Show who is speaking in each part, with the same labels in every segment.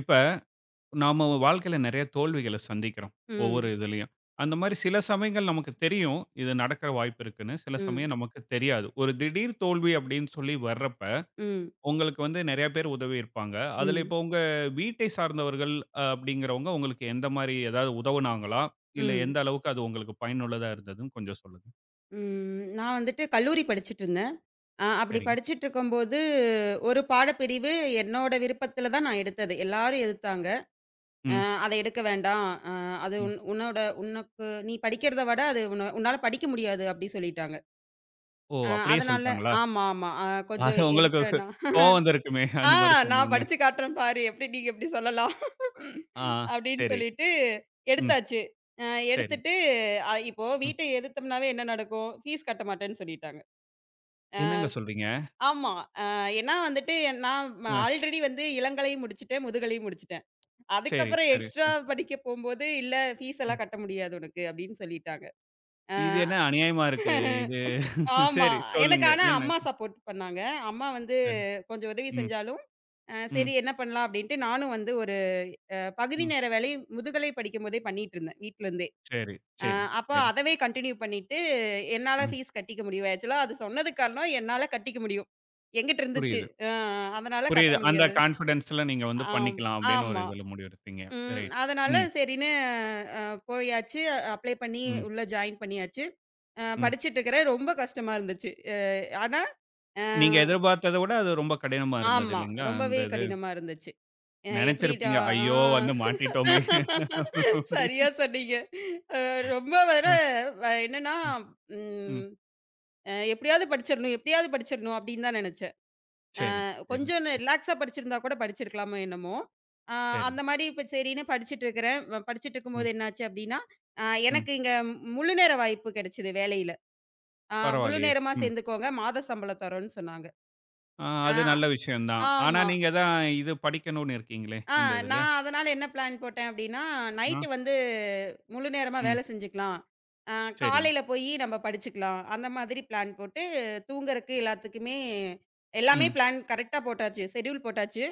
Speaker 1: இப்ப நாம வாழ்க்கையில நெறைய தோல்விகள சந்திக்கிறோம். ஒவ்வொரு
Speaker 2: ம்.
Speaker 1: இதுலயும். அந்த மாரி சில சமயங்கள் நமக்கு தெரியும். இது நடக்கிற வாய்ப்பு இருக்குன்னு. சில
Speaker 2: ம்.
Speaker 1: சமயம் நமக்கு தெரியாது. ஒரு திடீர் தோல்வி அப்படின்னு சொல்லி வர்றப்ப,
Speaker 2: ம்.
Speaker 1: உங்களுக்கு வந்து நெறைய பேர் உதவி இருப்பாங்க. அதுல
Speaker 2: ம்.
Speaker 1: இப்போ உங்க வீட்டை சார்ந்தவர்கள் அப்படிங்கிறவங்க உங்களுக்கு எந்த மாரி ஏதாவது உதவுனாங்களா? இல்ல
Speaker 2: ம்.
Speaker 1: எந்த அளவுக்கு அது உங்களுக்கு பயனுள்ளதா இருந்ததுன்னு கொஞ்சம் சொல்லுங்க.
Speaker 2: ம். நான் வந்துட்டு கல்லூரி படிச்சுட்டுருந்தேன். அப்படி
Speaker 1: சரிங்க.
Speaker 2: படிச்சுட்டுருக்கும்போது, ஒரு பாடப்பிரிவு என்னோட விருப்பத்தில தான் நான் எடுத்தது. எல்லாரும் எதிர்த்தாங்க. அ
Speaker 1: ம்,
Speaker 2: "அத எடுக்க வேண்டாம். அது
Speaker 1: ம்.
Speaker 2: உன்னோட உனக்கு நீ படிக்கிறத விட அது உன்னால படிக்க முடியாது" அப்படி சொல்லிட்டாங்க.
Speaker 1: ஓ! அப்படியே
Speaker 2: அதனால
Speaker 1: சொல்ட்டாங்களா?
Speaker 2: ஆமா, ஆமா.
Speaker 1: அது
Speaker 2: கொஞ்சம் எடுக்க
Speaker 1: உங்களுக்கு
Speaker 2: வேணாம்.
Speaker 1: கோவம் வந்திருக்குமே!
Speaker 2: ஆ
Speaker 1: அந்த மாரி
Speaker 2: நான்
Speaker 1: சொன்னோனே.
Speaker 2: படிச்சு காட்டுறேன் பாரு. நீங்க எப்படி சொல்லலாம்.
Speaker 1: ஆ,
Speaker 2: அப்படின்னு
Speaker 1: சரி.
Speaker 2: சொல்லிட்டு
Speaker 1: ம்,
Speaker 2: எடுத்தாச்சு. அ
Speaker 1: சரி.
Speaker 2: எடுத்துட்டு இப்போ
Speaker 1: ம்.
Speaker 2: வீட்ட எதிர்த்தோம்னாவே என்ன நடக்கும்? ஃபீஸ் கட்ட மாட்டேன்னு சொல்லிட்டாங்க. அ
Speaker 1: என்னங்க சொல்றீங்க?
Speaker 2: ஆமா. அ ஏன்னா வந்துட்டு நான்
Speaker 1: ஆ.
Speaker 2: ஆல்ரெடி வந்து இளங்கலையும் முடிச்சுட்டேன், முதுகலையும் முடிச்சுட்டேன்.
Speaker 1: சரி,
Speaker 2: அதுக்கப்புறம்
Speaker 1: சரி,
Speaker 2: எக்ஸ்ட்ரா
Speaker 1: சரி.
Speaker 2: படிக்க போம்போது, "இல்ல ஃபீஸ்
Speaker 1: ம்.
Speaker 2: எல்லாம் கட்ட முடியாது உனக்கு" அப்படின்னு சொல்லிட்டாங்க. அ
Speaker 1: இது என்ன அநியாயமா இருக்கு. இது
Speaker 2: ஆமா.
Speaker 1: சரி
Speaker 2: எனக்கு
Speaker 1: சொல்லுங்க.
Speaker 2: ஆனா
Speaker 1: என்ன?
Speaker 2: அம்மா சப்போர்ட் பண்ணாங்க. அம்மா வந்து
Speaker 1: ம்,
Speaker 2: கொஞ்சம் உதவி
Speaker 1: ம்,
Speaker 2: செஞ்சாலும்,
Speaker 1: ம்.
Speaker 2: சரி என்ன பண்ணலாம் அப்படின்ட்டு நானும் வந்து ஒரு பகுதி
Speaker 1: ம்.
Speaker 2: நேர வேலை முதுகலை படிக்கும்போதே பண்ணிட்டுருந்தேன் வீட்லருந்தே.
Speaker 1: சரி,
Speaker 2: அ
Speaker 1: சரி,
Speaker 2: அப்ப
Speaker 1: சரி.
Speaker 2: அதவே கன்டின்யூ பண்ணிட்டு, என்னால
Speaker 1: ம்.
Speaker 2: ஃபீஸ் கட்டிக்க முடியும். ஆக்சுவலா அது சொன்னதுக்கு காரணம் என்னால கட்டிக்க முடியும். என்கிட்ட இருந்துச்சு.
Speaker 1: புரியுது,
Speaker 2: அ அதனால கட்ட
Speaker 1: புரியுது. அந்த
Speaker 2: முடியாது.
Speaker 1: கான்ஃபிடன்ஸ்ல நீங்க வந்து
Speaker 2: ஆம்
Speaker 1: பண்ணிக்கலாம் அப்படின்னு ஒரு
Speaker 2: ஆமா.
Speaker 1: இதுல முடிவெடுத்தீங்க.
Speaker 2: ம்.
Speaker 1: ரைட்.
Speaker 2: அதனால
Speaker 1: ம்,
Speaker 2: சரின்னு அ போயாச்சு. அப்ளை பண்ணி
Speaker 1: ம்,
Speaker 2: உள்ள ஜாயின் பண்ணியாச்சு.
Speaker 1: ம்.
Speaker 2: படிச்சுட்டு இருக்கிறேன். ரொம்ப கஷ்டமா இருந்துச்சு. ஆனா அ
Speaker 1: நீங்க எதிர்பார்த்தத விட அது ரொம்ப கடினமா இருந்தது
Speaker 2: ஆமா.
Speaker 1: இல்லைங்களா? அந்த
Speaker 2: ரொம்பவே
Speaker 1: இது.
Speaker 2: கடினமா இருந்துச்சு. எப்படிடா
Speaker 1: நெனச்சிருப்பீங்க.
Speaker 2: ஆ
Speaker 1: ஐயோ! வந்து மாட்டிட்டோமே! அப்படின்னு.
Speaker 2: சரியா சொன்னீங்க. அ ரொம்ப வேற
Speaker 1: அ,
Speaker 2: என்னன்னா,
Speaker 1: ம்,
Speaker 2: ம்
Speaker 1: ம்.
Speaker 2: எப்படியாவது படிச்சிரணும், எப்படியாவது படிச்சிரணும் அப்படின்னு தான் நெனச்சேன்.
Speaker 1: சரி, சரி,
Speaker 2: கொஞ்சம்
Speaker 1: சரி.
Speaker 2: ரிலாக்ஸா படிச்சிருந்தா கூட படிச்சிருக்கலாமோ என்னமோ! அ
Speaker 1: சரி.
Speaker 2: அந்த மாரி இப்ப சரின்னு படிச்சுட்டு இருக்கிறேன். படிச்சுட்டு
Speaker 1: ம்,
Speaker 2: இருக்கும்போது என்னாச்சு அப்படின்னா, அ
Speaker 1: ம்.
Speaker 2: எனக்கு இங்க முழு நேர வாய்ப்பு கெடைச்சது வேலையில. அ முழு
Speaker 1: பரவாயில்லையே!
Speaker 2: நேரமா
Speaker 1: ம்.
Speaker 2: சேர்ந்துக்கோங்க, மாத சம்பளம் தரோம்ன்னு சொன்னாங்க.
Speaker 1: ஆ,
Speaker 2: அ
Speaker 1: அது நல்ல விஷயம் தான். ஆனா,
Speaker 2: ஆமா.
Speaker 1: நீங்க தான் இது படிக்கணும்னு இருக்கீங்களே!
Speaker 2: ஆ
Speaker 1: இந்த இதுல.
Speaker 2: நான் அதனால என்ன பிளான் போட்டேன் அப்டின்னா,
Speaker 1: அ,
Speaker 2: நைட்டு வந்து முழு நேரமா
Speaker 1: ம்.
Speaker 2: வேல செஞ்சுக்கலாம். அ
Speaker 1: சரி.
Speaker 2: காலையில போயி நம்ம படிச்சுக்கலாம். அந்த மாதிரி பிளான் போட்டு தூங்குறக்கு எல்லாத்துக்குமே எல்லாமே
Speaker 1: ம்.
Speaker 2: பிளான் கரெக்ட்டா போட்டாச்சு. ஷெட்யூல் போட்டாச்சு.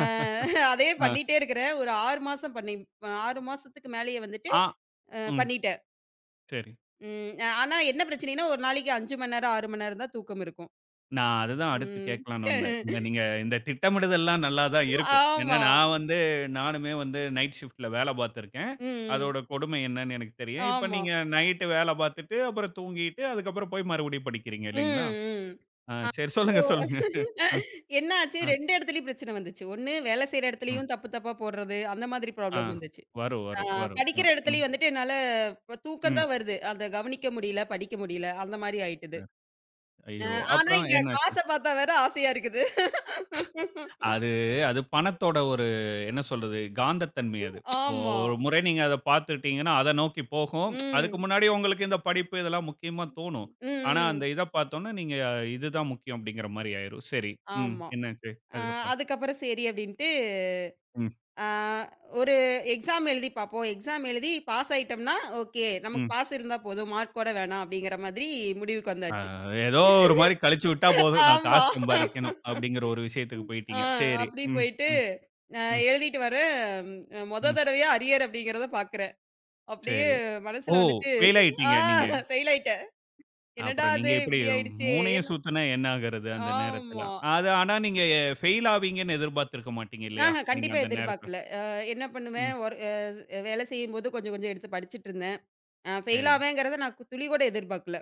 Speaker 2: அ அதே
Speaker 1: அ,
Speaker 2: பண்ணிட்டே இருக்கிறேன். ஒரு 6 மாசம் பண்ணி 6 மாசத்துக்கு மேலேயே வந்துட்டு
Speaker 1: ஆ, ம்.
Speaker 2: பண்ணிட்டேன்.
Speaker 1: சரி.
Speaker 2: ம் ஆனா என்ன பிரச்சனைன்னா, ஒரு நாளைக்கு 5 மணி நேரம், 6 மணி நேரம் தான் தூக்கம் இருக்கும்.
Speaker 1: நான் அதுதான் அடுத்து
Speaker 2: ம்.
Speaker 1: கேட்கலான்னு வந்தேன். இந்த நீங்க இந்த திட்டமிடுதல்லாம் நல்லா தான் இருக்கும். ஏன்னா,
Speaker 2: ஆமா.
Speaker 1: நான் வந்து நானுமே வந்து நைட் ஷிஃப்ட்ல வேலை பார்த்துருக்கேன்.
Speaker 2: ம்.
Speaker 1: அதோட கொடுமை என்னன்னு எனக்கு தெரியும். இப்ப
Speaker 2: ஆமா.
Speaker 1: நீங்க நைட்டு வேலை பார்த்துட்டு, அப்புறம் தூங்கிட்டு, அதுக்கப்புறம் போய் மறுபடியும் படிக்கிறீங்க
Speaker 2: ம்,
Speaker 1: இல்லைங்களா?
Speaker 2: ம்.
Speaker 1: ஆ, சரி
Speaker 2: அப்போ
Speaker 1: சொல்லுங்க, சொல்லுங்க. ம்,
Speaker 2: என்ன ஆச்சு
Speaker 1: அ,
Speaker 2: 2 இடத்துலயும் பிரச்சனை வந்துச்சு. ஒண்ணு வேலை செய்ற
Speaker 1: ம்.
Speaker 2: இடத்துலயும் தப்பு தப்பா போடுறது, அந்த மாதிரி
Speaker 1: ஆ.
Speaker 2: ப்ராப்ளம் வந்துச்சு.
Speaker 1: வரும்,
Speaker 2: ஆ
Speaker 1: வரும், வரும்.
Speaker 2: படிக்கிற
Speaker 1: ம்,
Speaker 2: இடத்துலயும் வந்துட்டு என்னால இப்ப தூக்கம்
Speaker 1: ம்.
Speaker 2: தான் வருது. அத கவனிக்க முடியல, படிக்க முடியல. அந்த மாரி ஆயிட்டுது.
Speaker 1: சரி.
Speaker 2: அ
Speaker 1: ஐயோ!
Speaker 2: ஆனா
Speaker 1: அப்புறம்
Speaker 2: இங்க
Speaker 1: என்னாச்சு?
Speaker 2: காச பார்த்தா வேற ஆசையா இருக்குது.
Speaker 1: அது அது பணத்தோட ஒரு என்ன சொல்றது? காந்தத்தன்மை அது.
Speaker 2: ஆமா.
Speaker 1: ஒரு முறை நீங்க அத பார்த்துட்டீங்கன்னா, அத நோக்கி போகும். அதுக்கு
Speaker 2: ம்.
Speaker 1: முன்னாடி உங்களுக்கு இந்த படிப்பு இதெல்லாம் முக்கியமா தோணும்.
Speaker 2: ம்.
Speaker 1: ஆனா, அந்த
Speaker 2: ம்.
Speaker 1: இத பார்த்தோனே நீங்க இதுதான் முக்கியம் அப்படிங்கிற மாரி ஆயிரும். சரி. ம்.
Speaker 2: ஆமா.
Speaker 1: என்னாச்சு?
Speaker 2: அ
Speaker 1: அதுக்கப்புறம்?
Speaker 2: அதுக்கப்புறம் சரி அப்படின்ட்டு,
Speaker 1: ம்.
Speaker 2: ஆ ஒரு எக்ஸாம் எழுதி பார்ப்போம். எக்ஸாம் எழுதி பாஸ் ஆயிட்டோம்னா, ஓகே. நமக்கு
Speaker 1: ம்.
Speaker 2: பாஸ் இருந்தா போதும். மார்க் கூட வேணாம் அப்படிங்கிற மாதிரி முடிவுக்கு
Speaker 1: அ
Speaker 2: வந்தாச்சு.
Speaker 1: ஏதோ ஒரு மாரி கழிச்சு விட்டா போதும். நான்
Speaker 2: ஆமா.
Speaker 1: காசு சம்பாரிக்கணும் அப்படிங்கிற ஒரு விஷயத்துக்கு
Speaker 2: ஆ
Speaker 1: போயிட்டீங்க. சரி.
Speaker 2: அப்படி
Speaker 1: ம்.
Speaker 2: போயிட்டு,
Speaker 1: ம்.
Speaker 2: அ
Speaker 1: ம்.
Speaker 2: எழுதிட்டு வரேன். மொத
Speaker 1: ம்.
Speaker 2: தடவையா அரியர் அப்படிங்கிறத பார்க்குறேன். அப்படியே
Speaker 1: சரி. ஓ!
Speaker 2: மனசுல வந்துட்டு
Speaker 1: ஃபெயில்
Speaker 2: ஆ
Speaker 1: ஆயிட்டீங்க நீங்க.
Speaker 2: ஃபெயில் ஆயிட்டேன். என்னடா
Speaker 1: அப்புறம் நீங்க
Speaker 2: இது
Speaker 1: எப்படி
Speaker 2: இப்படி ஆயிடுச்சே!
Speaker 1: 3யும்
Speaker 2: என்ன
Speaker 1: சுத்துனா என்ன ஆகுறது அந்த நேரத்துல?
Speaker 2: ஆமா.
Speaker 1: அது ஆனா நீங்க ஃபெயில் ஆவீங்கன்னு எதிர்பார்த்திருக்க மாட்டீங்க இல்லையா?
Speaker 2: ஆஹ
Speaker 1: நீங்க
Speaker 2: கண்டிப்பா
Speaker 1: அந்த நேரத்துல.
Speaker 2: எதிர்பார்க்கல. என்ன பண்ணுவேன்,
Speaker 1: ம்.
Speaker 2: வேலை செய்யும்போது கொஞ்சம் கொஞ்சம் எடுத்து படிச்சுட்டு இருந்தேன். ஃபெயில்
Speaker 1: சரிங்க.
Speaker 2: ஆவேங்கிறத நான் துளி கூட எதிர்பார்க்கல.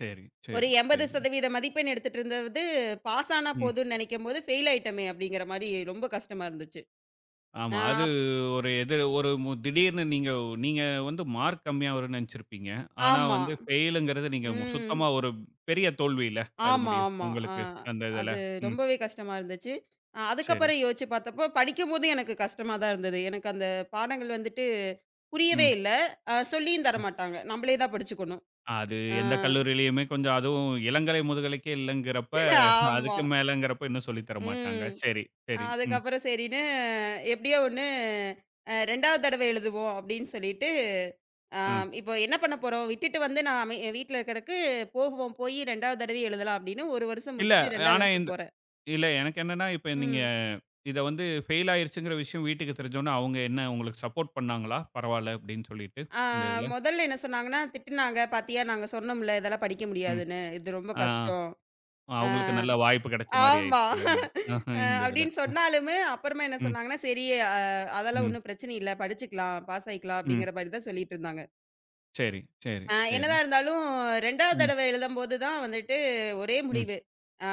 Speaker 1: சரி,
Speaker 2: ஒரு
Speaker 1: சரி, சரி.
Speaker 2: 80% மதிப்பெண் எடுத்துட்டு இருந்தது, பாஸ் ஆனா
Speaker 1: ம்.
Speaker 2: போதும்ன்னு நினைக்கும்போது, ஃபெயில் ஆயிட்டோமே அப்படிங்கிற மாரி ரொம்ப கஷ்டமா இருந்துச்சு.
Speaker 1: ஆமா.
Speaker 2: அ
Speaker 1: அது
Speaker 2: அப்
Speaker 1: ஒரு எது ஒரு திடீர்னு நீங்க நீங்க வந்து மார்க் கம்மியா வரும்னு நெனச்சிருப்பீங்க. ஆனா
Speaker 2: ஆமா.
Speaker 1: வந்து ஃபெயிலுங்கிறது நீங்க மு-
Speaker 2: ம்.
Speaker 1: சுத்தமா ஒரு பெரிய தோல்வி இல்ல. அது
Speaker 2: ஆமா,
Speaker 1: முடியும்.
Speaker 2: ஆமா.
Speaker 1: உங்களுக்கு அந்த இதுல.
Speaker 2: அது
Speaker 1: ம்.
Speaker 2: ரொம்பவே கஷ்டமா இருந்துச்சு.
Speaker 1: சரி.
Speaker 2: அதுக்கப்புறம் யோசிச்சு பார்த்தப்போ, படிக்கும்போது எனக்கு கஷ்டமா தான் இருந்தது. எனக்கு அந்த பாடங்கள் வந்துட்டு புரியவே
Speaker 1: ம்.
Speaker 2: இல்ல. சொல்லியும் தரமாட்டாங்க. நம்மளே தான் படிச்சுக்கணும்.
Speaker 1: அது
Speaker 2: ஆ
Speaker 1: எந்த கல்லூரியிலயுமே கொஞ்சம் அதுவும் இளங்கலை, முதுகலைக்கே இல்லங்கிறப்ப,
Speaker 2: ஆமா.
Speaker 1: அதுக்கு மேலங்கிறப்ப இன்னும் சொல்லி தர மாட்டாங்க.
Speaker 2: ம்.
Speaker 1: சரி, சரி. ம்,
Speaker 2: அதுக்கப்புறம் சரின்னு எப்படியோ ஒண்ணு 2வது தடவை எழுதுவோம் அப்படின்னு சொல்லிட்டு, அ
Speaker 1: ம்.
Speaker 2: இப்போ என்ன பண்ண போறோம்? விட்டுட்டு வந்து நான் வீட்ல இருக்கறக்கு போகுவோம். போய் 2வது தடவை எழுதலாம் அப்படின்னு 1 வருஷம்
Speaker 1: இல்ல,
Speaker 2: முடிச்சுட்டு 2வது
Speaker 1: ஆனா
Speaker 2: வருஷம்
Speaker 1: இந்த
Speaker 2: போறேன்.
Speaker 1: இல்ல எனக்கு என்னன்னா, இப்ப நீங்க
Speaker 2: ம்.
Speaker 1: இத வந்து ஃபெயில் ஆயிருச்சுங்கிற விஷயம் வீட்டுக்கு தெரிஞ்சோனே, அவங்க என்ன உங்களுக்கு சப்போர்ட் பண்ணாங்களா? பரவால்ல அப்டின்னு சொல்லிட்டு,
Speaker 2: ஆ
Speaker 1: இந்த இதுல.
Speaker 2: மொதல்ல என்ன சொன்னாங்கன்னா, திட்டுனாங்க. "பாத்தியா நாங்க சொன்னோம்ல, இதெல்லாம் படிக்க
Speaker 1: ம்.
Speaker 2: முடியாதுன்னு. இது ரொம்ப
Speaker 1: ஆ,
Speaker 2: கஷ்டம்." ஆ
Speaker 1: அவங்களுக்கு நல்ல வாய்ப்பு கிடைச்ச மாரி
Speaker 2: ஆமா.
Speaker 1: ஆயிடுச்சு இல்லைங்க? ஆஹ, இந்த இதுல.
Speaker 2: அப்டின்னு சொன்னாலுமே, அப்புறமா என்ன
Speaker 1: ம்,
Speaker 2: சொன்னாங்கன்னா, "சரி அதெல்லாம்
Speaker 1: ம்,
Speaker 2: ஒண்ணும் பிரச்சனை இல்ல. படிச்சுக்கலாம். பாஸ் ஆயிக்கலாம்."
Speaker 1: ம்.
Speaker 2: அப்படிங்கிற மாரி தான் சொல்லிட்டு இருந்தாங்க.
Speaker 1: சரி, சரி, சரி.
Speaker 2: என்னதான் இருந்தாலும் 2வது
Speaker 1: ம்,
Speaker 2: தடவ எழுதும்போது தான் வந்துட்டு ஒரே
Speaker 1: ம்,
Speaker 2: முடிவு.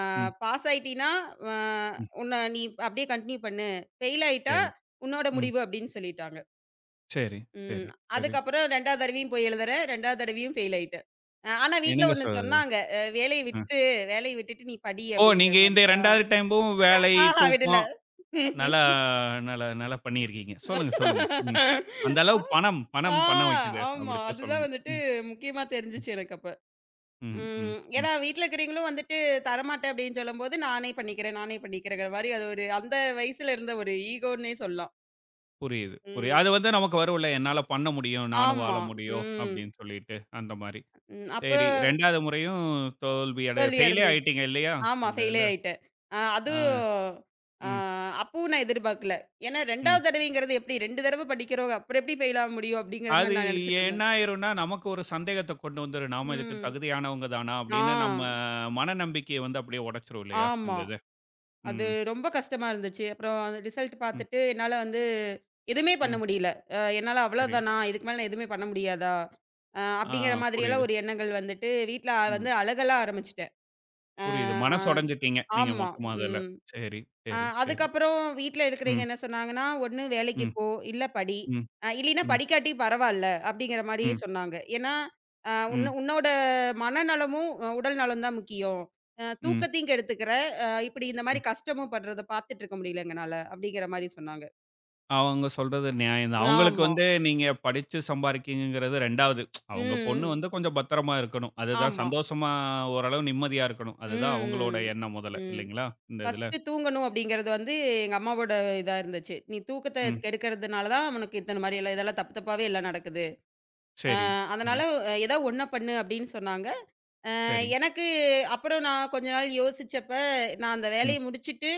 Speaker 1: ம்,
Speaker 2: பாஸ் ஆயிட்டீன்னா, அ
Speaker 1: ம்.
Speaker 2: உன்ன நீ அப்படியே கன்டின்யூ பண்ணு. ஃபெயில் ஆயிட்டா,
Speaker 1: சரி,
Speaker 2: உன்னோட
Speaker 1: ம்.
Speaker 2: முடிவு." அப்படின்னு சொல்லிட்டாங்க.
Speaker 1: சரி,
Speaker 2: ம்.
Speaker 1: சரி, சரி.
Speaker 2: அதுக்கப்புறம் 2வது தடவையும் போய் எழுதுறேன். 2வது தடவையும் ஃபெயில் ஆயிட்டேன். ஆனா வீட்ல
Speaker 1: என்னங்க சொ
Speaker 2: ஒண்ணு சொன்னாங்க.
Speaker 1: அ.
Speaker 2: வேலைய விட்டுட்டு நீ படி"
Speaker 1: ஓ!
Speaker 2: அப்படிங்கிற
Speaker 1: நீங்க இந்த
Speaker 2: மாரி. ஆ.
Speaker 1: 2வது டைமும் வேலை,
Speaker 2: ஆஹா விடல.
Speaker 1: தூக்கம் நல்லா நல்லா நல்லா பண்ணியிருக்கீங்க. சொல்லுங்க, சொல்லுங்க. ம். அந்த அளவு பணம்
Speaker 2: ஆ
Speaker 1: பணம் பண்ண வைக்குது.
Speaker 2: ஆமா.
Speaker 1: அப்படித்தான்
Speaker 2: அதுதான்
Speaker 1: சொல்லணும்.
Speaker 2: வந்துட்டு
Speaker 1: ம்,
Speaker 2: முக்கியமா
Speaker 1: ம்,
Speaker 2: தெரிஞ்சுச்சு எனக்கு அப்ப.
Speaker 1: ம், ம்,
Speaker 2: ம்.
Speaker 1: ம்.
Speaker 2: ஏன்னா வீட்ல இருக்கிறவங்களும் வந்துட்டு தரமாட்டேன் அப்படின்னு சொல்லும்போது, நானே பண்ணிக்கிறேன், நானே பண்ணிக்கிறேங்கிற மாரி அது ஒரு அந்த வயசுல இருந்த ஒரு ஈகோன்னே சொல்லலாம்.
Speaker 1: புரியுது, புரியுது.
Speaker 2: ம்.
Speaker 1: அது வந்து நமக்கு வரும்ல, என்னால பண்ண முடியும், நானும் வாழ
Speaker 2: ஆமா.
Speaker 1: முடியும்
Speaker 2: ம்.
Speaker 1: அப்படின்னு சொல்லிட்டு, அந்த மாரி.
Speaker 2: ம்.
Speaker 1: சரி,
Speaker 2: அப்புறம்
Speaker 1: 2வது முறையும் தோல்வி
Speaker 2: தோல்வி
Speaker 1: ஃபெயிலே
Speaker 2: அடைஞ்சிருச்சு.
Speaker 1: ஆயிட்டீங்க இல்லையா?
Speaker 2: ஆமா.
Speaker 1: இந்த
Speaker 2: ஃபெயிலே
Speaker 1: இதுல.
Speaker 2: ஆயிட்டேன். அதுவும்
Speaker 1: ஆ,
Speaker 2: அ
Speaker 1: ம்,
Speaker 2: அப்பவும் நான் எதிர்பார்க்கல. ஏன்னா
Speaker 1: ம்.
Speaker 2: 2வது தடவைங்கிறது எப்படி 2 தடவ படிக்கிறோம். அப்புறம் எப்படி ஃபெயில் ஆக முடியும்? அப்படிங்கிற
Speaker 1: அது
Speaker 2: மாரி நான் நெனச்சுட்டு
Speaker 1: என்ன
Speaker 2: இருந்தேன்.
Speaker 1: ஆயிரும்னா, நமக்கு ஒரு சந்தேகத்த கொண்டு வந்துரும். நாம இதுக்கு
Speaker 2: ம்.
Speaker 1: தகுதியானவங்க தானா?
Speaker 2: ஆ.
Speaker 1: அப்படின்னு நம்ம மனநம்பிக்கைய வந்து அப்படியே உடைச்சுரும் இல்லையா?
Speaker 2: ஆமா.
Speaker 1: இந்த இது.
Speaker 2: அது
Speaker 1: ம்,
Speaker 2: ரொம்ப கஷ்டமா இருந்துச்சு. அப்புறம் அந்த ரிசல்ட்
Speaker 1: ம்,
Speaker 2: பார்த்துட்டு என்னால வந்து எதுவுமே பண்ண
Speaker 1: ம்.
Speaker 2: முடியல. என்னால
Speaker 1: சரி.
Speaker 2: அவ்வளோதானா? இதுக்கு மேல நான் எதுவுமே பண்ண முடியாதா?
Speaker 1: ஆ
Speaker 2: அப்படிங்கிற
Speaker 1: புரியுது.
Speaker 2: மாதிரியெல்லாம் ஒரு எண்ணங்கள் வந்துட்டு வீட்ல
Speaker 1: ம்.
Speaker 2: வந்து அழுகலாம் ஆரம்பிச்சுட்டேன். அ,
Speaker 1: புரியுது.
Speaker 2: ஆ.
Speaker 1: மனசு உடைஞ்சுட்டீங்க. நீங்க
Speaker 2: ஆமா.
Speaker 1: மொத்தமா அதுல.
Speaker 2: ம்.
Speaker 1: சரி, சரி, சரி.
Speaker 2: அதுக்கப்புறம் வீட்ல
Speaker 1: ம்,
Speaker 2: இருக்கிறவைங்க என்ன சொன்னாங்கன்னா, "ஒண்ணு வேலைக்கு
Speaker 1: ம்,
Speaker 2: போ, இல்ல படி.
Speaker 1: ம்,
Speaker 2: இல்லைன்னா
Speaker 1: ம்,
Speaker 2: படிக்காட்டி பரவால்ல." அப்படிங்கிற மாரி
Speaker 1: ம், ம்,
Speaker 2: சொன்னாங்க. ஏன்னா,
Speaker 1: ம்,
Speaker 2: "உன்ன உன்னோட மனநலமும், உடல் நலம் தான் முக்கியம்.
Speaker 1: ம்.
Speaker 2: தூக்கத்தையும் கெடுத்துக்கிற. இப்படி இந்த மாரி கஷ்டமும் படுறத பார்த்துட்டு இருக்க முடியல எங்கனால." அப்படிங்கிற மாரி சொன்னாங்க.
Speaker 1: அவங்க சொல்றது நியாயம் தான். அவங்களுக்கு
Speaker 2: ஆமா.
Speaker 1: வந்து நீங்க படிச்சு சம்பாரிக்கிறீங்கங்கிறது 2வது. அவங்க பொண்ணு
Speaker 2: ம்.
Speaker 1: வந்து கொஞ்சம் பத்திரமா இருக்கணும். அதுதான்
Speaker 2: ஆமா.
Speaker 1: சந்தோஷமா ஓரளவு நிம்மதியா இருக்கணும். அதுதான்
Speaker 2: ம்.
Speaker 1: அவங்களோட
Speaker 2: ம்.
Speaker 1: எண்ணம் முதல்ல
Speaker 2: ம்.
Speaker 1: இல்லைங்களா? இந்த இதுல.
Speaker 2: ஃபர்ஸ்ட்டு தூங்கணும் அப்படிங்கிறது வந்து எங்க அம்மாவோட இதா இருந்துச்சு. "நீ தூக்கத்த
Speaker 1: ம்.
Speaker 2: கெடுக்கிறதுனால தான் உனக்கு இத்தன மாரி எல்லாம் இதெல்லாம் தப்பு தப்பாவே எல்லாம் நடக்குது."
Speaker 1: சரி, சரி,
Speaker 2: அதனால ஏதா ஒண்ண பண்ணு அப்படின்னு சொன்னாங்க. அ
Speaker 1: சரி.
Speaker 2: எனக்கு அப்புறம் நான் கொஞ்ச நாள் யோசிச்சப்ப, நான் அந்த வேலைய
Speaker 1: ம்,
Speaker 2: முடிச்சுட்டு,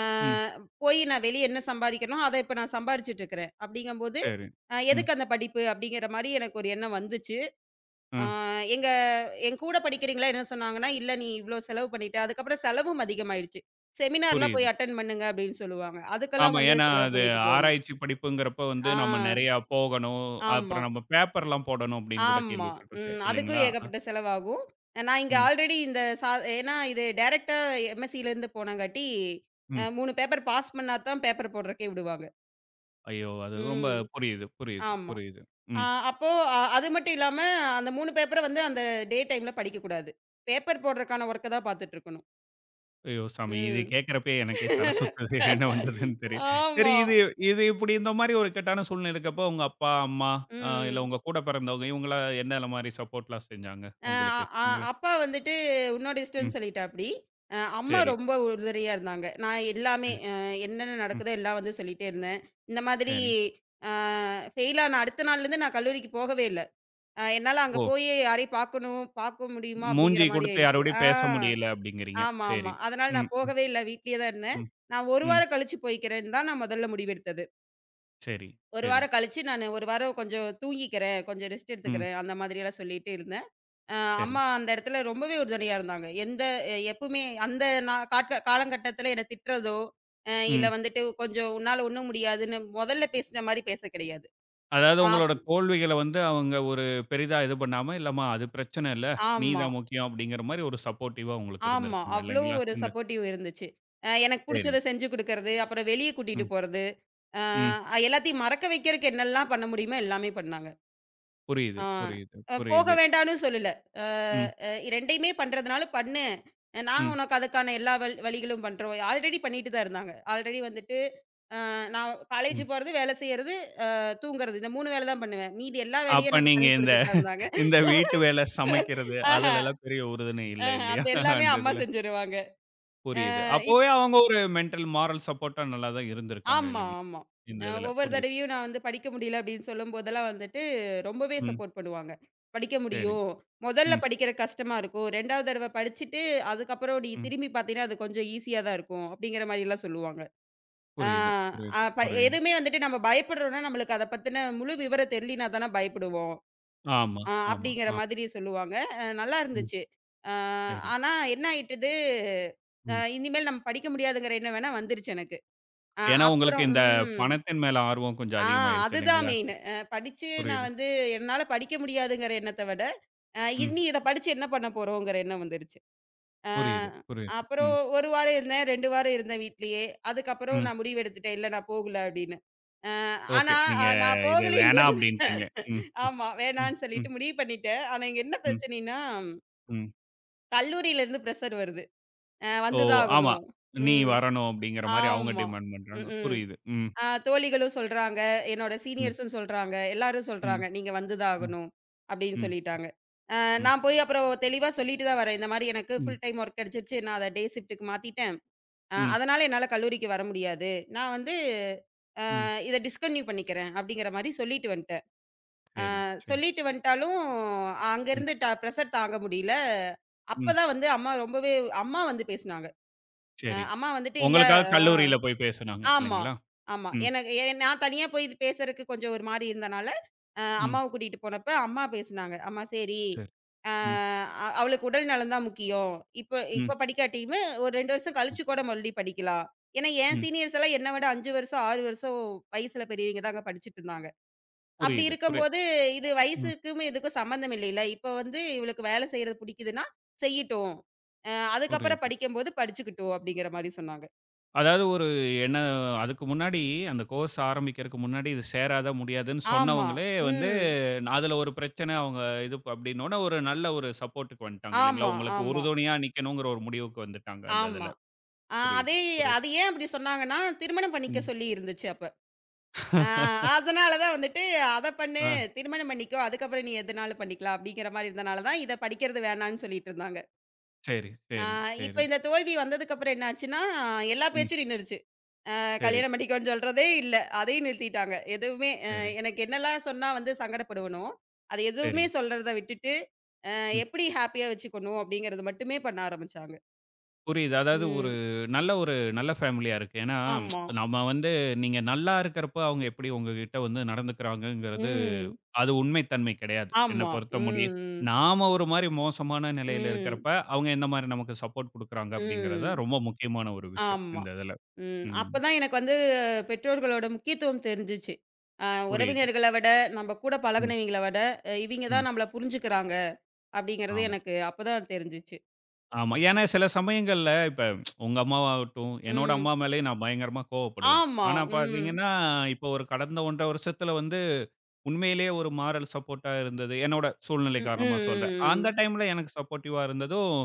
Speaker 2: அ
Speaker 1: ம்.
Speaker 2: போய் நான் வெளிய என்ன சம்பாதிக்கிறேனோ, அத இப்ப நான் சம்பாரிச்சுட்டு இருக்கிறேன். அப்படிங்கம்போது,
Speaker 1: சரி. ம்,
Speaker 2: எதுக்கு அந்த படிப்பு அப்படிங்கிற மாரி எனக்கு ஒரு எண்ணம் வந்துச்சு. அ
Speaker 1: ம்.
Speaker 2: எங்க என் கூட படிக்கிறவங்களா என்ன சொன்னாங்கன்னா, "இல்ல நீ இவ்ளோ செலவு பண்ணிட்ட." அதுக்கப்புறம் செலவும் அதிகமாயிடுச்சு. செமினார்லாம்
Speaker 1: புரியுது.
Speaker 2: போய் அட்டெண்ட் பண்ணுங்க அப்படின்னு சொல்லுவாங்க. அதுக்கெல்லாம்
Speaker 1: ஆமா.
Speaker 2: வந்து
Speaker 1: ஏன்னா
Speaker 2: செலவு
Speaker 1: அது
Speaker 2: பண்ணிட்டு போணும்.
Speaker 1: ஆராய்ச்சி படிப்புங்கிறப்ப வந்து
Speaker 2: ஆ,
Speaker 1: நம்ம நெறையா போகணும்.
Speaker 2: ஆமா.
Speaker 1: அப்புறம் நம்ம பேப்பர்லாம் போடணும் அப்படின்னு கூட
Speaker 2: ஆமா.
Speaker 1: கேள்விப்பட்டுருக்கேன்.
Speaker 2: ம். அதுக்கும்
Speaker 1: இல்லைங்களா? அ.
Speaker 2: ஏகப்பட்ட செலவாகும். நான் இங்க
Speaker 1: ம்,
Speaker 2: ஆல்ரெடி இந்த ஏன்னா இது டைரக்ட்டா எம்எஸ்சிலருந்து போனங்காட்டி,
Speaker 1: ம்.
Speaker 2: 3 பேப்பர் பாஸ் பண்ணா தான் பேப்பர் போடுறதுக்கே விடுவாங்க.
Speaker 1: ஐயோ! அது ரொம்ப
Speaker 2: ம்.
Speaker 1: புரியுது, புரியுது,
Speaker 2: ஆமா.
Speaker 1: புரியுது.
Speaker 2: அ
Speaker 1: ம்.
Speaker 2: அப்போ அது மட்டும் இல்லாம, அந்த 3 பேப்பர வந்து அந்த டே டைம்ல படிக்கக்கூடாது. பேப்பர் போடுறதுக்கான ஒர்க்க தான் பார்த்துட்டு இருக்கணும்.
Speaker 1: ஐயோ! சாமி இது
Speaker 2: ம்.
Speaker 1: கேட்கிறப்பயே எனக்கே தல சுத்துது. என்ன பண்றதுன்னு தெரியல. சரி
Speaker 2: ஆமா.
Speaker 1: இது இது இப்படி இந்த மாரி ஒரு இக்கட்டான சூழ்நிலை இருக்கப்போ, உங்க அப்பா, அம்மா இல்ல
Speaker 2: ம்.
Speaker 1: உங்க கூட பிறந்தவங்க இவங்கலாம் என்னென்ன மாரி சப்போர்ட்லாம் செஞ்சாங்க
Speaker 2: அ
Speaker 1: உங்களுக்கு?
Speaker 2: அ
Speaker 1: ம்.
Speaker 2: அப்பா வந்துட்டு உன்னோட இஷ்டம்ன்னு
Speaker 1: ம்.
Speaker 2: சொல்லிட்டாப்படி. அம்மா
Speaker 1: சரி.
Speaker 2: ரொம்ப உறுதுணையா இருந்தாங்க. நான் எல்லாமே
Speaker 1: ம்.
Speaker 2: என்னென்ன
Speaker 1: ம்.
Speaker 2: நடக்குதோ எல்லாம் வந்து சொல்லிட்டே இருந்தேன். இந்த மாதிரி
Speaker 1: சரி.
Speaker 2: அ ஃபெயில் ஆன அடுத்த நாள்லேருந்து நான் கல்லூரிக்கு போகவே இல்ல. என்னால அங்க
Speaker 1: ஓ!
Speaker 2: போய் யாரையும் பார்க்கணும், பார்க்க முடியுமா அப்படிங்கிற
Speaker 1: மூஞ்சி
Speaker 2: மாரி
Speaker 1: குடுத்து
Speaker 2: ஆயிடுச்சு.
Speaker 1: யாரோடையும் பேச முடியல அப்படிங்கிறீங்க.
Speaker 2: ஆமா, ஆமா.
Speaker 1: சரி.
Speaker 2: அதனால
Speaker 1: ம்.
Speaker 2: நான்
Speaker 1: ம்.
Speaker 2: போகவே இல்ல. வீட்லயே தான் இருந்தேன்.
Speaker 1: ம்.
Speaker 2: நான் 1
Speaker 1: ம்.
Speaker 2: வாரம் கழிச்சு போய்க்கிறேன்னு தான் நான் முதல்ல முடிவெடுத்தது.
Speaker 1: சரி,
Speaker 2: 1
Speaker 1: சரி.
Speaker 2: வாரம் கழிச்சு நானு 1 வாரம் கொஞ்சம் தூங்கிக்கிறேன், கொஞ்சம் ரெஸ்ட்
Speaker 1: ம்.
Speaker 2: எடுத்துக்கிறேன் அந்த மாதிரியெல்லாம் சொல்லிட்டு இருந்தேன். அ
Speaker 1: சரி.
Speaker 2: அம்மா அந்த இடத்துல ரொம்பவே உறுதுணையா இருந்தாங்க. எந்த எப்பவுமே அந்த காட்ல காலங்கட்டத்துல என்ன திட்டுறதோ, இல்ல
Speaker 1: ம்.
Speaker 2: வந்துட்டு கொஞ்சம் உன்னால ஒண்ணும் முடியாதுன்னு முதல்ல பேசுன மாரி பேச கிடையாது.
Speaker 1: அதாவது
Speaker 2: ஆப்
Speaker 1: உங்களோட தோல்விகள வந்து அவங்க ஒரு பெரிதா இது பண்ணாம, "இல்லம்மா அது பிரச்சனை இல்ல. நீ
Speaker 2: ஆமா,
Speaker 1: தான் முக்கியம்." அப்படிங்கிற மாரி ஒரு சப்போர்ட்டிவா உங்களுக்கு
Speaker 2: ஆமா.
Speaker 1: இருந்திருக்குங்க
Speaker 2: அவ்ளோ
Speaker 1: இல்லைங்களா?
Speaker 2: ஒரு
Speaker 1: இந்த
Speaker 2: சப்போர்ட்டிவ் இருந்துச்சு. எனக்கு புடிச்சத
Speaker 1: சரிங்க.
Speaker 2: செஞ்சு குடுக்கறது, அப்புறம் வெளிய கூட்டிட்டு
Speaker 1: ம்,
Speaker 2: போறது,
Speaker 1: ம்.
Speaker 2: எல்லாத்தையும் மறக்க வைக்கிறக்கு என்னெல்லாம் பண்ண முடியுமோ எல்லாமே பண்ணாங்க.
Speaker 1: புரியுது,
Speaker 2: ஆ.
Speaker 1: புரியுது,
Speaker 2: போக
Speaker 1: புரியுது.
Speaker 2: வேண்டான்னு சொல்லல. அ
Speaker 1: ம்,
Speaker 2: அ 2யுமே பண்றதுனால பண்ணு. நாங்க
Speaker 1: ம்,
Speaker 2: உனக்கு அதுக்கான எல்லா வழிகளும் பண்றோம். ஆல்ரெடி பண்ணிட்டு தான் இருந்தாங்க. ஆல்ரெடி வந்துட்டு நான் காலேஜ்
Speaker 1: ம்.
Speaker 2: போறது, வேலை செய்யறது, அ தூங்குறது. இந்த 3 வேலை தான் பண்ணுவேன். மீதி எல்லா வேலையும்
Speaker 1: அப்ப
Speaker 2: எனக்கு
Speaker 1: நீங்க
Speaker 2: பண்ணி
Speaker 1: இந்த
Speaker 2: குடுத்துட்டு தான் இருந்தாங்க.
Speaker 1: இந்த வீட்டு வேலை, சமைக்கிறது
Speaker 2: ஆஹ,
Speaker 1: அதுலலாம் பெரிய உறுதுணை இல்ல
Speaker 2: ஆஹ.
Speaker 1: இல்லையா?
Speaker 2: அந்த எல்லாமே
Speaker 1: அந்த
Speaker 2: அம்மா
Speaker 1: இதுல.
Speaker 2: செஞ்சுருவாங்க. அ
Speaker 1: புரியுது. அப்பவே அவங்க ஒரு மென்டல், மாரல் சப்போர்ட்டா நல்லா தான் இருந்திருக்காங்க
Speaker 2: ஆமா,
Speaker 1: இல்லைங்களா?
Speaker 2: ஆமா.
Speaker 1: இந்த இதுல.
Speaker 2: ஒவ்வொரு
Speaker 1: புரியுது.
Speaker 2: தடவையும் நான் வந்து படிக்க முடியல அப்படின்னு சொல்லும்போதெல்லாம் வந்துட்டு, ரொம்பவே
Speaker 1: ம்.
Speaker 2: சப்போர்ட் பண்ணுவாங்க. படிக்க
Speaker 1: சரி.
Speaker 2: முடியும். முதல்ல
Speaker 1: ம்,
Speaker 2: படிக்கிற கஷ்டமா இருக்கும். 2வது தடவ படிச்சுட்டு, அதுக்கப்புறம் நீ
Speaker 1: ம்.
Speaker 2: திரும்பி பார்த்தீன்னா, அது கொஞ்சம் ஈஸியா தான் இருக்கும். அப்படிங்கிற மாரிலாம் சொல்லுவாங்க. ஆ
Speaker 1: புரியுது,
Speaker 2: அ
Speaker 1: புரியுது,
Speaker 2: ப
Speaker 1: புரியுது.
Speaker 2: எதுவுமே வந்துட்டு நம்ம பயப்படுறோம்னா, நம்மளுக்கு அத பத்தின முழு விவரம் தெரியலினா தானே பயப்படுவோம்.
Speaker 1: ஆமா, ஆமா,
Speaker 2: அப்படிங்கிற
Speaker 1: ஆமா.
Speaker 2: மாதிரி சொல்லுவாங்க. நல்லா
Speaker 1: ம்.
Speaker 2: இருந்துச்சு. அ
Speaker 1: சரி.
Speaker 2: ஆனா என்ன ஆயிட்டுது,
Speaker 1: ம்.
Speaker 2: இனிமேல் நம்ம படிக்க முடியாதுங்கிற எண்ணம் வேணா வந்துருச்சு எனக்கு.
Speaker 1: ஏன்னா, உங்களுக்கு
Speaker 2: அப்புறம்
Speaker 1: இந்த
Speaker 2: ம்.
Speaker 1: பணத்தின் மேல ஆர்வம் கொஞ்சம்
Speaker 2: ஆ
Speaker 1: அதிகமாயிருச்சு
Speaker 2: அதுதான்
Speaker 1: இல்லைங்களா?
Speaker 2: மெயினு. படிச்சு நான்
Speaker 1: புரியுது.
Speaker 2: வந்து என்னால படிக்க முடியாதுங்கிற எண்ணத்த விட,
Speaker 1: ம்.
Speaker 2: இனி இத படிச்சு என்ன பண்ண போறோங்கிற எண்ணம் வந்துருச்சு. அ
Speaker 1: புரியுது, புரியுது.
Speaker 2: அப்புறம்
Speaker 1: ம்,
Speaker 2: 1 வாரம் இருந்தேன், 2 வாரம் இருந்தேன் வீட்லயே. அதுக்கப்புறம்
Speaker 1: ம்.
Speaker 2: நான் முடிவு எடுத்துட்டேன். இல்ல நான் போகல அப்படின்னு. அ
Speaker 1: ஓகே.
Speaker 2: ஆனா
Speaker 1: நீங்க
Speaker 2: நான்
Speaker 1: இது
Speaker 2: போகலைன்னு
Speaker 1: வேணாம்
Speaker 2: சொன்னது
Speaker 1: அப்டின்ட்டீங்க. ம், ம்,
Speaker 2: ஆமா வேணான்னு சொல்லிட்டு
Speaker 1: ம்,
Speaker 2: முடிவு பண்ணிட்டேன். ஆனா இங்க என்ன
Speaker 1: ம்,
Speaker 2: பிரச்சனைன்னா,
Speaker 1: ம்.
Speaker 2: கல்லூரியில இருந்து ப்ரெஷர் வருது.
Speaker 1: ஓ!
Speaker 2: வந்து தான்
Speaker 1: ஆமா.
Speaker 2: ஆகணும்.
Speaker 1: நீ
Speaker 2: ம்.
Speaker 1: வரணும் அப்டிங்கிற மாரி அவங்க
Speaker 2: ஆமா.
Speaker 1: டிமாண்ட் பண்றாங்க.
Speaker 2: ம்.
Speaker 1: புரியுது. ம்,
Speaker 2: தோழிகளும் சொல்றாங்க. என்னோட
Speaker 1: ம்,
Speaker 2: சீனியர்ஸும் சொல்றாங்க. எல்லாரும் சொல்றாங்க.
Speaker 1: ம்,
Speaker 2: "நீங்க வந்து தான்
Speaker 1: ம்,
Speaker 2: ஆகணும்." அப்படின்னு
Speaker 1: ம்,
Speaker 2: சொல்லிட்டாங்க. அ
Speaker 1: ம்,
Speaker 2: நான் போய் அப்புறம் தெளிவா சொல்லிட்டு தான் வரேன். இந்த மாரி எனக்கு
Speaker 1: ம்,
Speaker 2: ஃபுல் டைம் ஒர்க் கிடைச்சிருச்சு. நான் அத டே ஷிஃப்ட்டுக்கு மாத்திட்டேன்.
Speaker 1: ம்,
Speaker 2: அதனால என்னால கல்லூரிக்கு வர முடியாது. நான் வந்து
Speaker 1: ம்.
Speaker 2: இத டிஸ்கன்டின்யூ பண்ணிக்கிறேன் அப்படிங்கிற மாரி சொல்லிட்டு வந்துட்டேன்.
Speaker 1: சரி, சரி.
Speaker 2: சொல்லிட்டு வந்துட்டாலும்
Speaker 1: ம்,
Speaker 2: அங்கருந்து ப்ரெஷர் தாங்க முடியல.
Speaker 1: ம்.
Speaker 2: அப்பதான் வந்து அம்மா வந்து பேசுனாங்க.
Speaker 1: சரி.
Speaker 2: அம்மா வந்துட்டு இல்ல
Speaker 1: உங்களுக்காக
Speaker 2: ஆ.
Speaker 1: கல்லூரியில போய் பேசுனாங்க
Speaker 2: ஆமா,
Speaker 1: இல்லைங்களா?
Speaker 2: ஆமா.
Speaker 1: ம்,
Speaker 2: எனக்கு நான் தனியா போய் இது பேசுறதுக்கு கொஞ்சம் ஒரு மாரி இருந்தனால,
Speaker 1: ம்.
Speaker 2: அம்மாவ கூட்டிட்டு போனப்ப அம்மா பேசுனாங்க. அம்மா சரி,
Speaker 1: சரி. ம்,
Speaker 2: அ அவளுக்கு உடல் நலம் தான் முக்கியம். இப்ப
Speaker 1: ம்,
Speaker 2: இப்ப படிக்காட்டியுமே ஒரு 2 வருஷம்
Speaker 1: ம்,
Speaker 2: கழிச்சு கூட மறுபடியும் படிக்கலாம். ஏன்னா, என்
Speaker 1: ம்.
Speaker 2: சீனியர்ஸ் எல்லாம் என்ன விட 5 வருஷம், 6 வருஷம் வயசுல பெரியவங்க தாங்க படிச்சுட்டு இருந்தாங்க. அப்படி
Speaker 1: புரியுது.
Speaker 2: இருக்கும்போது இது
Speaker 1: ம்.
Speaker 2: வயசுக்கும் இதுக்கும் சம்மந்தம் இல்லைல. இப்ப வந்து இவளுக்கு வேலை செய்றது புடிக்குதுன்னா, செய்யட்டும். அதுக்கப்புறம்
Speaker 1: புரியுது.
Speaker 2: படிக்கும்போது படிச்சுக்கட்டும் அப்படிங்கிற மாரி சொன்னாங்க.
Speaker 1: அதாவது ஒரு என்ன அதுக்கு முன்னாடி அந்த கோர்ஸ் ஆரம்பிக்கிறதுக்கு முன்னாடி இது சேராத, முடியாதுன்னு
Speaker 2: ஆமா.
Speaker 1: சொன்னவங்களே வந்து
Speaker 2: ம்.
Speaker 1: நா- அதுல ஒரு பிரச்சனை அவங்க இது அப்படின்னோன ஒரு நல்ல ஒரு சப்போர்ட்க்கு வந்துட்டாங்க இல்லைங்களா?
Speaker 2: ஆமா,
Speaker 1: உங்களுக்கு
Speaker 2: ஆமா,
Speaker 1: உறுதுணையா நிக்கணுங்கிற ஒரு முடிவுக்கு வந்துட்டாங்க அந்த
Speaker 2: ஆமா.
Speaker 1: இதுல.
Speaker 2: அ
Speaker 1: புரியுது,
Speaker 2: அதே
Speaker 1: புரியுது.
Speaker 2: அது ஏன் அப்படி சொன்னாங்கன்னா, திருமணம் பண்ணிக்க
Speaker 1: ம்.
Speaker 2: சொல்லி இருந்துச்சு அப்ப. அ அதனால தான் வந்துட்டு, "அத பண்ணு,
Speaker 1: ஆ
Speaker 2: திருமணம் பண்ணிக்கோ. அதுக்கப்புறம் நீ எதுனாலும் பண்ணிக்கலாம்." அப்படிங்கிற மாரி இருந்தனால தான், இத படிக்கிறது வேணான்னு சொல்லிட்டு இருந்தாங்க.
Speaker 1: சரி,
Speaker 2: அ
Speaker 1: சரி,
Speaker 2: இப்ப
Speaker 1: சரி.
Speaker 2: இந்த தோல்வி வந்ததுக்கப்புறம் என்ன ஆச்சுன்னா, எல்லா
Speaker 1: ம்.
Speaker 2: பேச்சும் நின்னுருச்சு.
Speaker 1: சரி,
Speaker 2: கல்யாணம் பண்ணிக்கோன்னு சொல்றதே இல்ல. அதையும் நிறுத்திட்டாங்க. எதுவுமே அ
Speaker 1: சரி,
Speaker 2: எனக்கு என்னலாம் சொன்னா வந்து சங்கடப்படுவனோ, அது
Speaker 1: சரி.
Speaker 2: எதுவுமே சொல்றத விட்டுட்டு, அ
Speaker 1: ம்.
Speaker 2: எப்படி ஹேப்பியா வச்சுக்கணும் அப்படிங்கிறது மட்டுமே பண்ண ஆரம்பிச்சாங்க.
Speaker 1: புரியுது. அதாவது ஒரு
Speaker 2: ம்.
Speaker 1: நல்ல ஒரு நல்ல ஃபேமிலியா இருக்கு. ஏன்னா ம்,
Speaker 2: ஆமா.
Speaker 1: நம்ம வந்து நீங்க நல்லா இருக்கிறப்ப அவங்க எப்படி உங்ககிட்ட வந்து நடந்துக்கிறாங்கங்கிறது
Speaker 2: ம்.
Speaker 1: அது உண்மை தன்மை கிடையாது. என்ன
Speaker 2: ஆமா.
Speaker 1: பொறுத்த முடிய
Speaker 2: ம்.
Speaker 1: நாம ஒரு மாரி மோசமான நிலையில
Speaker 2: ம்.
Speaker 1: இருக்கிறப்ப, அவங்க எந்த மாரி நமக்கு சப்போர்ட் குடுக்குறாங்க அப்படிங்கிறது தான்
Speaker 2: ம்.
Speaker 1: ரொம்ப முக்கியமான ஒரு விஷயம்,
Speaker 2: ஆமா.
Speaker 1: இந்த இதுல.
Speaker 2: ம்.
Speaker 1: ம்.
Speaker 2: அப்பதான் எனக்கு வந்து பெற்றோர்களோட முக்கியத்துவம் தெரிஞ்சுச்சு. அ
Speaker 1: புரியுது.
Speaker 2: உறவினர்கள விட, நம்ம கூட
Speaker 1: ம்,
Speaker 2: பழகுனவைங்கள விட, இவைங்க
Speaker 1: ம்.
Speaker 2: தான் நம்மள புரிஞ்சுக்கிறாங்க அப்படிங்கிறது
Speaker 1: ஆமா,
Speaker 2: எனக்கு அப்பதான் தெரிஞ்சுச்சு.
Speaker 1: ஆமா. ஏன்னா சில சமயங்கள்ல இப்ப உங்க அம்மாவாகட்டும், என்னோட
Speaker 2: ம்.
Speaker 1: அம்மா மேலயும் நான் பயங்கரமா கோவப்படுவேன்.
Speaker 2: ஆமா.
Speaker 1: ஆனா
Speaker 2: ம்.
Speaker 1: பாத்தீங்கன்னா, இப்ப ஒரு கடந்த 1 1/2 வருஷத்துல வந்து உண்மையிலேயே ஒரு மாரல் சப்போர்ட்டா இருந்தது. என்னோட சூழ்நிலை
Speaker 2: ம். ம்.
Speaker 1: காரணமா சொல்றேன். அந்த
Speaker 2: ம்.
Speaker 1: டைம்ல எனக்கு சப்போர்ட்டிவா இருந்ததும்,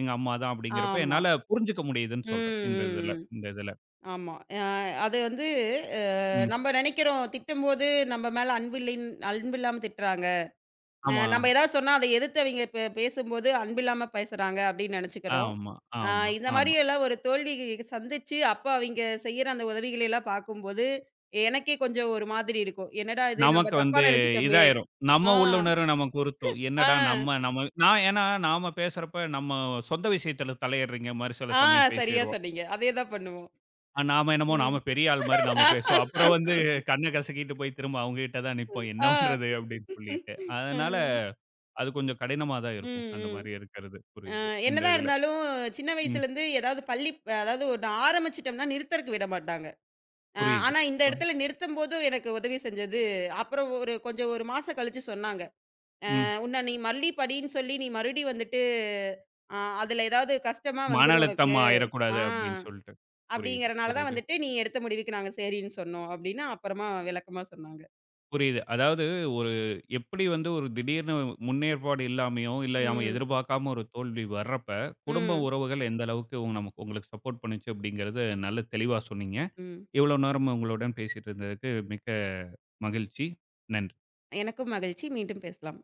Speaker 1: எங்க அம்மா தான் அப்படிங்கிறப்ப
Speaker 2: ஆமா.
Speaker 1: என்னால புரிஞ்சுக்க முடியுதுன்னு
Speaker 2: ம்.
Speaker 1: சொல்றேன். இந்த இதுல
Speaker 2: ம். ம்.
Speaker 1: இந்த இதுல.
Speaker 2: ஆமா. அது வந்து அ
Speaker 1: ம்.
Speaker 2: நம்ம நெனைக்கிறோம் திட்டும்போது நம்ம மேல அன்பு இல்லைன்னு அன்பு இல்லாம திட்டுறாங்க.
Speaker 1: ஆமா,
Speaker 2: நம்ம ஏதாவது சொன்னா, அதை எதிர்த்து அவிங்க பேசும்போது அன்பில்லாம பேசுறாங்க அப்படின்னு நெனைச்சுக்கிறோம்.
Speaker 1: ஆமா, ஆமா,
Speaker 2: இந்த மாரி
Speaker 1: ஆமா.
Speaker 2: எல்லாம் ஒரு தோல்வி சந்திச்சு, அப்ப அவிங்க செய்யற அந்த உதவிகளை எல்லாம் பார்க்கும்போது, எனக்கே கொஞ்சம் ஒரு மாதிரி இருக்கும். என்னடா இது நம்ம
Speaker 1: நமக்கு
Speaker 2: தப்பா
Speaker 1: வந்து
Speaker 2: நெனைச்சுட்டோமே!
Speaker 1: இதாயிரும்.
Speaker 2: ஆ,
Speaker 1: நம்ம உள்ளுணர்வு நமக்கு உறுத்தும்.
Speaker 2: ஆ,
Speaker 1: என்னடா நம்ம நம்ம நான் ஏன்னா நாம பேசுறப்ப நம்ம சொந்த விஷயத்துல தலையிடுறீங்க மாரி சில
Speaker 2: ஆ
Speaker 1: சமயம்
Speaker 2: சரியா
Speaker 1: பேசிருவோம்.
Speaker 2: சொன்னீங்க. அதே தான் பண்ணுவோம்.
Speaker 1: நாம என்னமோ நாம
Speaker 2: ம்.
Speaker 1: பெரிய ஆள் மாரி நாம பேசுவோம். அப்புறம் வந்து கண்ண கசக்கிட்டு போய் திரும்ப அவங்க கிட்ட தான் நிப்போம். என்ன
Speaker 2: ஆ.
Speaker 1: பண்றது அப்படின்னு சொல்லிட்டு. அதனால
Speaker 2: ம்.
Speaker 1: அது கொஞ்சம் கடினமா தான்
Speaker 2: ம்,
Speaker 1: இருக்கும். அந்த
Speaker 2: ம்.
Speaker 1: மாரி இருக்கிறது. புரியுது. இந்த
Speaker 2: என்னதான்
Speaker 1: இதுல.
Speaker 2: இருந்தாலும், சின்ன
Speaker 1: ம்.
Speaker 2: வயசுலேருந்து ஏதாவது பள்ளி அதாவது ஒண்ணு ஆரம்பிச்சுட்டோம்னா நிறுத்தறக்கு விட மாட்டாங்க.
Speaker 1: புரியுது.
Speaker 2: ஆனா இந்த
Speaker 1: ம்.
Speaker 2: இடத்துல நிறுத்தும்போது எனக்கு உதவி செஞ்சது, அப்புறம் ஒரு கொஞ்சம் 1 மாசம் கழிச்சு சொன்னாங்க.
Speaker 1: ம்.
Speaker 2: "உன்ன நீ மறுபடி படின்னு சொல்லி நீ மறுபடியும் வந்துட்டு, அ அதுல ஏதாவது கஷ்டமா
Speaker 1: மன
Speaker 2: வந்துரும் உனக்கு.
Speaker 1: அழுத்தம் ஆயிறக்கூடாது
Speaker 2: ஆ
Speaker 1: அப்படின்னு சொல்லிட்டு. புரியுது,
Speaker 2: அப்படிங்கிறனால தான்
Speaker 1: புரியுது,
Speaker 2: வந்துட்டு நீ எடுத்த முடிவுக்கு நாங்க சரின்னு சொன்னோம்." அப்படின்னு அப்புறமா விளக்கமா சொன்னாங்க.
Speaker 1: புரியுது. அதாவது ஒரு எப்படி வந்து ஒரு திடீர்னு முன்னேற்பாடு இல்லாமயோ, இல்ல நாம
Speaker 2: ம்,
Speaker 1: எதிர்பார்க்காம ஒரு தோல்வி வர்றப்ப, குடும்ப
Speaker 2: ம்,
Speaker 1: உறவுகள் எந்த அளவுக்கு நமக்கு உங்களுக்கு சப்போர்ட் பண்ணுச்சு அப்படிங்கிறது நல்ல தெளிவா சொன்னீங்க.
Speaker 2: ம்.
Speaker 1: இவ்வளவு நேரம் உங்களுடன் பேசிட்டு இருந்ததுக்கு மிக்க மகிழ்ச்சி. நன்றி.
Speaker 2: எனக்கும் மகிழ்ச்சி. மீண்டும் பேசலாம்.